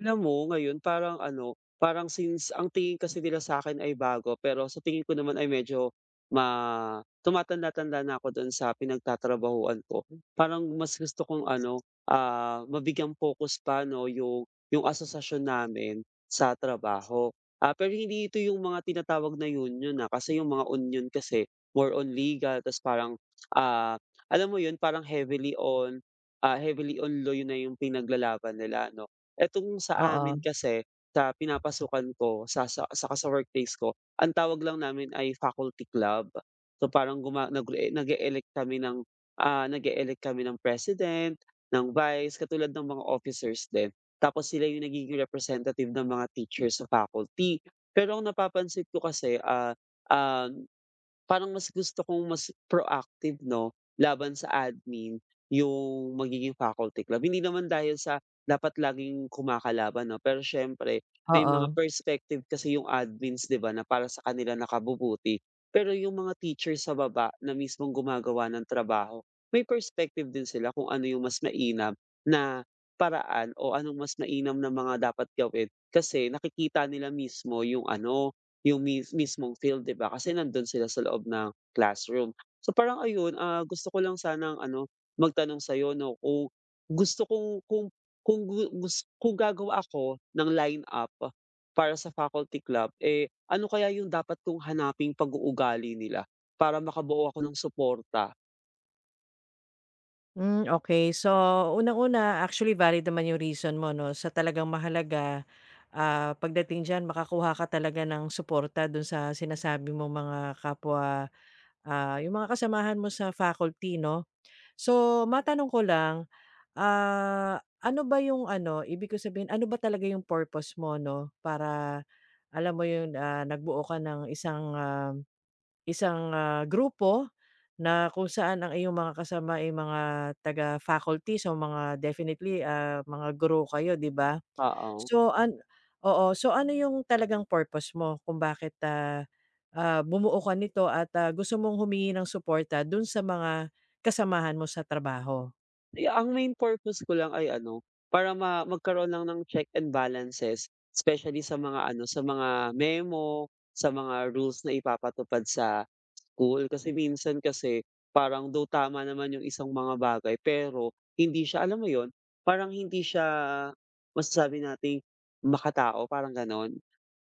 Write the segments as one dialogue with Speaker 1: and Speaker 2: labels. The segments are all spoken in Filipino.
Speaker 1: Alam mo ngayon parang ano, parang since ang tingin kasi nila sa akin ay bago pero sa tingin ko naman ay medyo ma tumatanda-tanda na ako do'n sa pinagtatrabahuan ko. Parang mas gusto kong ano, mabigyang focus pa 'no yung asosasyon namin sa trabaho. Pero hindi ito yung mga tinatawag na union, na kasi yung mga union kasi more on legal ta's parang, ah, alam mo yun parang heavily on, heavily on law yun na yung pinaglalaban nila 'no. Etong sa
Speaker 2: Oo,
Speaker 1: amin kasi, sa pinapasukan ko sa saka sa workplace ko, ang tawag lang namin ay faculty club. So parang guma nagre nag-e-elect kami ng, nag-e-elect kami ng president, ng vice, katulad ng mga officers din. Tapos sila yung nagiging representative ng mga teachers sa faculty. Pero ang napapansin ko kasi, um parang mas gusto kong mas proactive 'no, laban sa admin yung magiging faculty club. Hindi naman dahil sa dapat laging kumakalaban 'no, pero siyempre may mga
Speaker 2: oo.
Speaker 1: perspective kasi yung admins 'di ba, na para sa kanila nakabubuti. Pero yung mga teachers sa baba na mismong gumagawa ng trabaho, may perspective din sila kung ano yung mas mainam na paraan o anong mas mainam na mga dapat gawin kasi nakikita nila mismo yung ano, yung mis mismong field, 'di ba? Kasi nandun sila sa loob ng classroom. So, parang ayun, gusto ko lang sanang ano, magtanong sa'yo 'no, kung gusto kong kung gu gus kung gagawa ako ng lineup para sa faculty club, eh, ano kaya yung dapat kong hanaping pag-uugali nila para makabuo ako ng suporta?
Speaker 2: Hmm, okay. So, unang-una, actually valid naman yung reason mo 'no, sa talagang mahalaga, pagdating diyan makakuha ka talaga ng suporta dun sa sinasabi mo mga kapwa, yung mga kasamahan mo sa faculty 'no. So, matanong ko lang, ano ba yung ano, ibig ko sabihin, ano ba talaga yung purpose mo 'no, para alam mo yun, nagbuo ka ng isang grupo na kung saan ang iyong mga kasama ay mga taga-faculty, so mga definitely, mga guro kayo, 'di ba?
Speaker 1: Oo.
Speaker 2: So an Oo, so ano yung talagang purpose mo kung bakit, ah, bumuo ka nito at, gusto mong humingi ng suporta dun sa mga kasamahan mo sa trabaho?
Speaker 1: Ya ang main purpose ko lang ay ano, para ma magkaroon lang ng check and balances, especially sa mga ano, sa mga memo, sa mga rules na ipapatupad sa school. Kasi minsan kasi parang do tama naman yung isang mga bagay, pero hindi siya alam mo yun, parang hindi siya masasabi nating makatao, parang gano'n.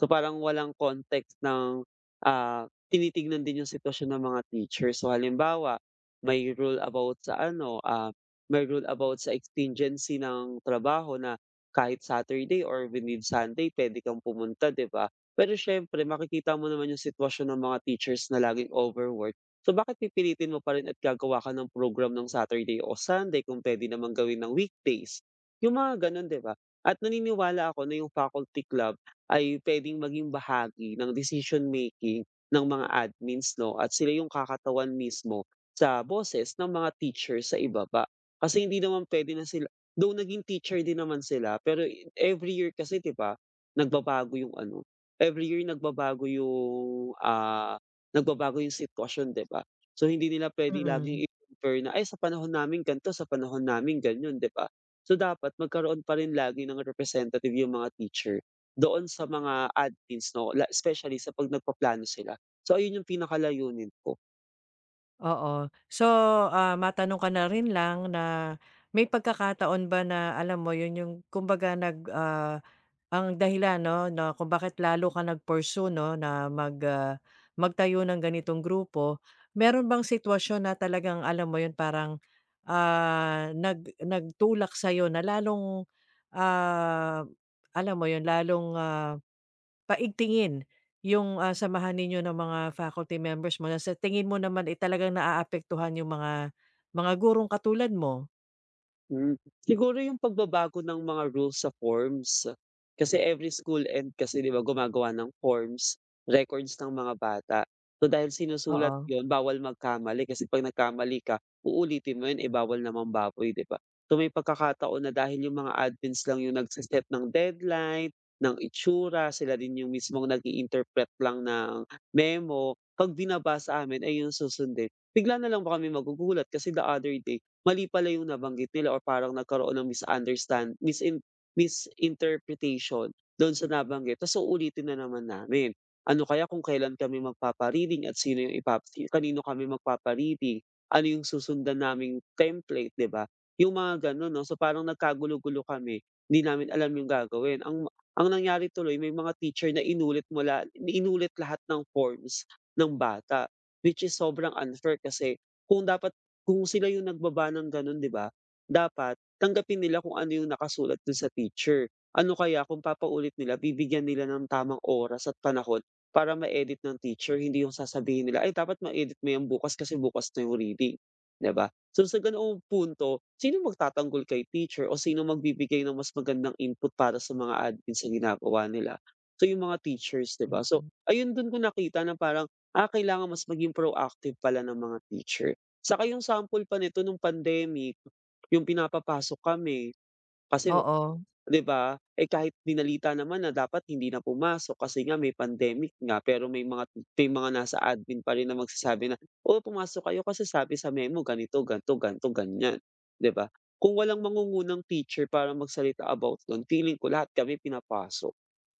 Speaker 1: So, parang walang context ng, tinitignan din yung sitwasyon ng mga teacher. So, halimbawa, may rule about sa ano, may rule about sa exigency ng trabaho na kahit Saturday or within Sunday puwede kang pumunta, 'di ba? Pero siyempre makikita mo naman yung sitwasyon ng mga teachers na laging overwork. So, bakit pipilitin mo pa rin at gagawa ka ng program ng Saturday o Sunday kung pwede namang gawin ng weekdays? Yung mga gano'n, 'di ba? At naniniwala ako na yung faculty club ay puwedeng maging bahagi ng decision making ng mga admins 'no, at sila yung kakatawan mismo sa boses ng mga teachers sa ibaba. Kasi hindi naman puwede na sila though naging teacher din naman sila pero i- every year kasi 'di ba, nagbabago yung ano, every year nagbabago yung, nagbabago yung sitwasyon 'di ba? So hindi nila puwedeng
Speaker 2: Mm.
Speaker 1: laging i-compare na, "Ay sa panahon namin gan'to, sa panahon namin gan'yon," 'di ba? So dapat magkaroon pa rin lagi ng representative yung mga teacher doon sa mga admins 'no, la especially sa 'pag nagpaplano sila. So ayun yung pinakalayunin ko.
Speaker 2: Oo. So, matanong ka na rin lang na may pagkakataon ba na alam mo yun yung kumbaga ang dahilan 'no, na kung bakit lalo ka nag-pursue 'no, na magtayo ng ganitong grupo. Meron bang sitwasyon na talagang alam mo yun parang, nagtulak sa'yo na lalong, ah, alam mo yun lalong, paigtingin yung, samahan ninyo ng mga faculty members mo na sa tingin mo naman, eh, talagang naaapektuhan yung mga gurong katulad mo.
Speaker 1: Hmm, siguro yung pagbabago ng mga rules sa forms. Kasi every school end kasi 'di ba gumagawa ng forms, records ng mga bata. So dahil sinusulat
Speaker 2: Oo,
Speaker 1: yon bawal magkamali kasi 'pag nagkamali ka uulitin mo yun, eh, bawal na mambaboy 'di ba? So may pagkakataon na dahil yung mga admins lang yung nagse ng deadline, ng itsura, sila din yung mismong nag interpret lang ng memo, 'pag binaba sa amin ayun susundin. Bigla na lang ba kami magugulat kasi the other day mali pala yung nabanggit nila or parang nagkaroon ng misunderstand misin misinterpretation do'n sa nabanggit ta's uulitin na naman namin. Ano kaya kung kailan kami magpapariting at sino yung ipap kanino kami magpapariting. Ano yung susundan naming template, 'di ba? Yung mga gano'n 'no, so parang nagkagulo-gulo kami, hindi namin alam yung gagawin. Ang nangyari tuloy may mga teacher na inulit mula inulit lahat ng forms ng bata, which is sobrang unfair kasi kung dapat kung sila yung nagbaba ng gano'n 'di ba, dapat tanggapin nila kung ano yung nakasulat dun sa teacher. Ano kaya kung papaulit nila bibigyan nila ng tamang oras at panahon para ma-edit ng teacher, hindi yung sasabihin nila, "Ay dapat ma-edit mo 'yan bukas kasi bukas na yung reading." 'Di ba? So, sa ganoong punto, sino magtatanggol kay teacher o sino magbibigay ng mas magandang input para sa mga admin sa ginagawa nila? So, yung mga teachers 'di ba? So,
Speaker 2: mm.
Speaker 1: ayun dun ko nakita na parang, kailangan mas maging proactive pala ng mga teacher. Saka yung sample pa nito nung pandemic, yung pinapapasok kami kasi
Speaker 2: Oo,
Speaker 1: 'di ba, eh, kahit dinalita naman na dapat hindi na pumasok kasi nga may pandemic nga pero may mga nasa admin pa rin na magsasabi na, "Oh, pumasok kayo kasi sabi sa memo ganito, gan'to, gan'to, ganyan." 'Di ba? Kung walang mangungunang teacher para magsalita about dun feeling ko lahat kami pinapasok.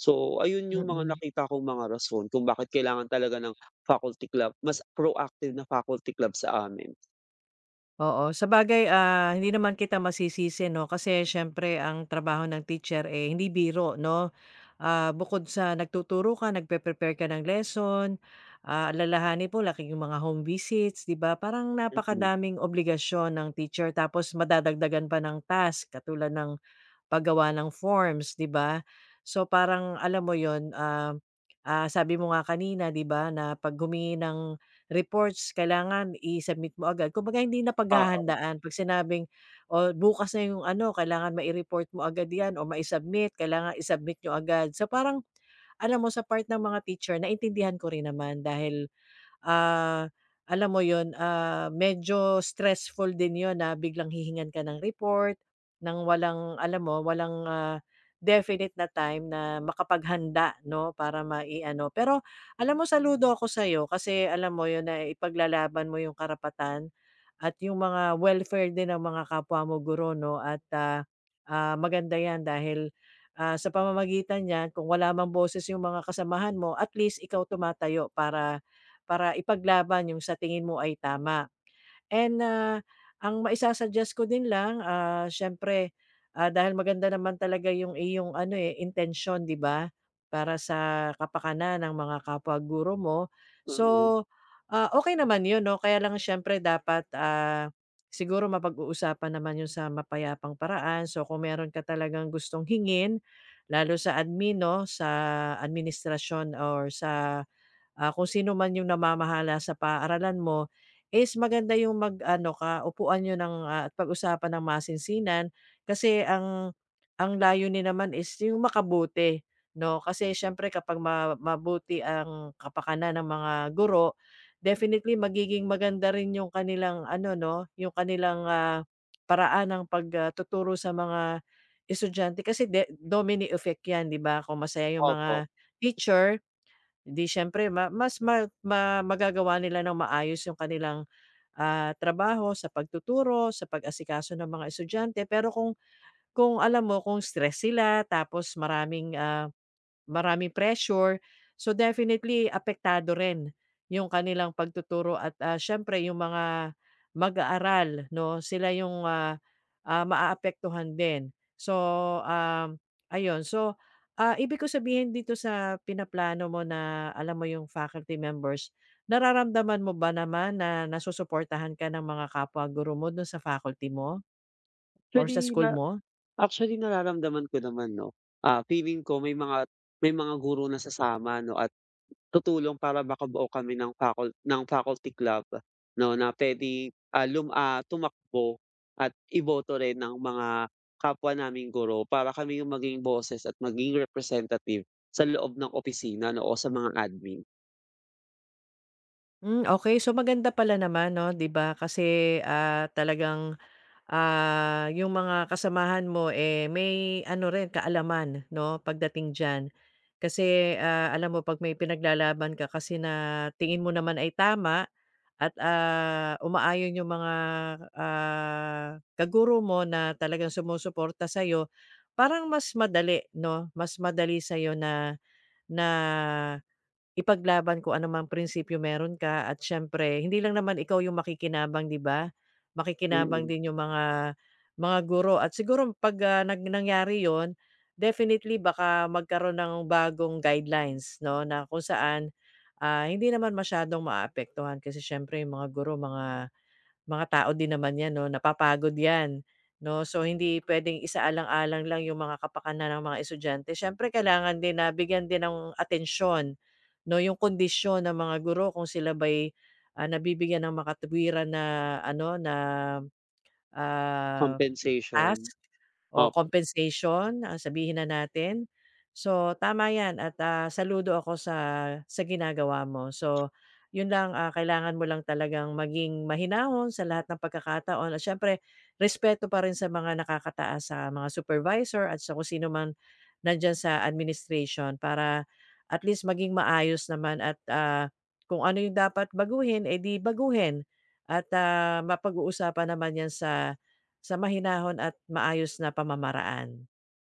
Speaker 1: So, ayun yung mga
Speaker 2: mm.
Speaker 1: nakita kong mga rason kung bakit kailangan talaga ng faculty club, mas proactive na faculty club sa amin.
Speaker 2: Oo, sabagay, hindi naman kita masisisi 'no, kasi siyempre ang trabaho ng teacher, eh, hindi biro 'no. Ah, bukod sa nagtuturo ka, nagpe-prepare ka ng lesson, alalahanin mo laki yung mga home visits, 'di ba? Parang
Speaker 1: Mm.
Speaker 2: napakadaming obligasyon ng teacher tapos madadagdagan pa ng task katulad ng paggawa ng forms, 'di ba? So, parang alam mo yon ah, sabi mo nga kanina, 'di ba, na 'pag humingi ng reports kailangan i-submit mo agad. Kumbaga hindi na
Speaker 1: Oo,
Speaker 2: paghahandaan 'pag sinabing, o bukas na 'yung ano, kailangan mai-report mo agad 'yan o mai-submit, kailangan i-submit niyo agad." So, parang alam mo sa part ng mga teacher naintindihan ko rin naman dahil ah, alam mo yun, medyo stressful din yun na biglang hihingan ka ng report, ng walang alam mo, walang, definite na time na makapaghanda 'no, para mai-ano. Pero alam mo saludo ako sa sa'yo kasi alam mo yun, na ipaglalaban mo yung karapatan at yung mga welfare din ng mga kapwa mo guro 'no at, ah, maganda 'yan dahil, sa pamamagitan niyan kung wala mang boses yung mga kasamahan mo, at least ikaw tumatayo para para ipaglaban yung sa tingin mo ay tama. And, ang maisa-suggest ko din lang, siyempre, dahil maganda naman talaga yung iyong ano, eh, intention 'di ba, para sa kapakanan ng mga kapwa guro mo. So,
Speaker 1: mm.
Speaker 2: okey naman 'yun 'no, kaya lang siyempre dapat, siguro mapag-uusapan naman 'yun sa mapayapang paraan. So, kung meron ka talagang gustong hingin lalo sa admin 'no, sa administrasyon or sa kung sino man yung namamahala sa paaralan mo, is maganda yung mag-ano ka, upuan niyo ng, at pag-usapan ng masinsinan. Kasi ang layunin naman is yung makabuti, 'no? Kasi siyempre kapag ma mabuti ang kapakanan ng mga guro, definitely magiging maganda rin yung kanilang ano, 'no, yung kanilang, paraan ng pagtuturo sa mga estudyante. Kasi de domino effect 'yan, 'di ba? Kung masaya yung
Speaker 1: Opo.
Speaker 2: mga teacher, 'di siyempre ma mas ma ma magagawa nila ng maayos yung kanilang, trabaho sa pagtuturo, sa pag-asikaso ng mga estudyante. Pero kung alam mo kung stress sila tapos maraming, maraming pressure. So, definitely apektado rin yung kanilang pagtuturo at, siyempre yung mga mag-aaral 'no, sila yung, ah, maaapektuhan din. So, um, ayun. So, ibig ko sabihin dito sa pinaplano mo na alam mo yung faculty members, nararamdaman mo ba naman na nasusuportahan ka ng mga kapwa guro mo dun sa faculty mo or sa
Speaker 1: Actually
Speaker 2: school
Speaker 1: na
Speaker 2: mo?
Speaker 1: Actually nararamdaman ko naman 'no, feeling ko may mga guro na sasama 'no at tutulong para makabuo kami ng facul ng faculty club 'no, na puwedeng, lum tumakbo at iboto rin ng mga kapwa naming guro para kami yung maging boses at maging representative sa loob ng opisina 'no o sa mga admin.
Speaker 2: Hmm, okay. So, maganda pala naman 'no, 'di ba? Kasi, talagang ah, yung mga kasamahan mo, eh, may ano rin kaalaman 'no, pagdating diyan. Kasi, alam mo 'pag may pinaglalaban ka kasi na tingin mo naman ay tama at, umaayon yung mga, ah, kaguro mo na talagang sumusuporta sa'yo, parang mas madali 'no, mas madali sa na na ipaglaban kung anumang prinsipyo meron ka at siyempre hindi lang naman ikaw yung makikinabang, 'di ba? Makikinabang
Speaker 1: Mm,
Speaker 2: din yung mga guro at siguro 'pag, nangyari yun, definitely baka magkaroon ng bagong guidelines 'no, na kung saan, hindi naman masyadong maapektuhan kasi siyempre yung mga guro mga tao din naman 'yan 'no, napapagod 'yan 'no. So hindi puwedeng isaalang-alang lang yung mga kapakanan ng mga estudyante. Siyempre kailangan din na bigyan din ng atensyon 'no, yung kondisyon ng mga guro kung sila ba'y, nabibigyan ng makatuwiran na ano, na, ah
Speaker 1: compensation,
Speaker 2: task o
Speaker 1: op
Speaker 2: compensation ang sabihin na natin. So, tama 'yan at, saludo ako sa ginagawa mo. So, 'yun lang, kailangan mo lang talagang maging mahinahon sa lahat ng pagkakataon at siyempre respeto pa rin sa mga nakakataas, sa mga supervisor at sa kung sino man nandiyan sa administration para at least maging maayos naman at, kung ano 'yung dapat baguhin, edi baguhin at, mapag-uusapan naman 'yan sa mahinahon at maayos na pamamaraan.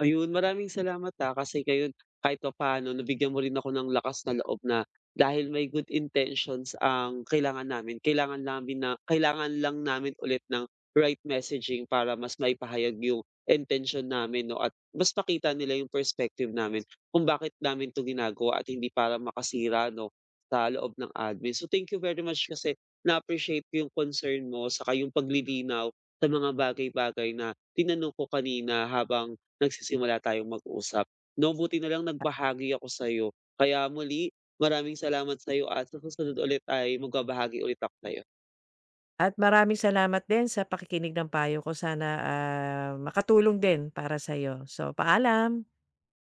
Speaker 1: Ayun, maraming salamat, kasi kayo kahit papaano nabigyan mo rin ako ng lakas na loob na dahil may good intentions ang kailangan namin na kailangan lang namin ulit ng right messaging para mas maipahayag yung intention namin 'no, at mas makita nila yung perspective namin kung bakit namin 'to ginagawa at hindi para makasira 'no, sa loob ng admin. So, thank you very much kasi na-appreciate ko yung concern mo sa yung paglilinaw sa mga bagay-bagay na tinanong ko kanina habang nagsisimula tayong mag-usap. 'No, buti na lang nagbahagi ako sa'yo. Kaya muli, maraming salamat sa'yo at sa susunod ulit ay magbabahagi ulit ako sa'yo.
Speaker 2: At maraming salamat din sa pakikinig ng payo ko sana, makatulong din para sa sa'yo. So, paalam.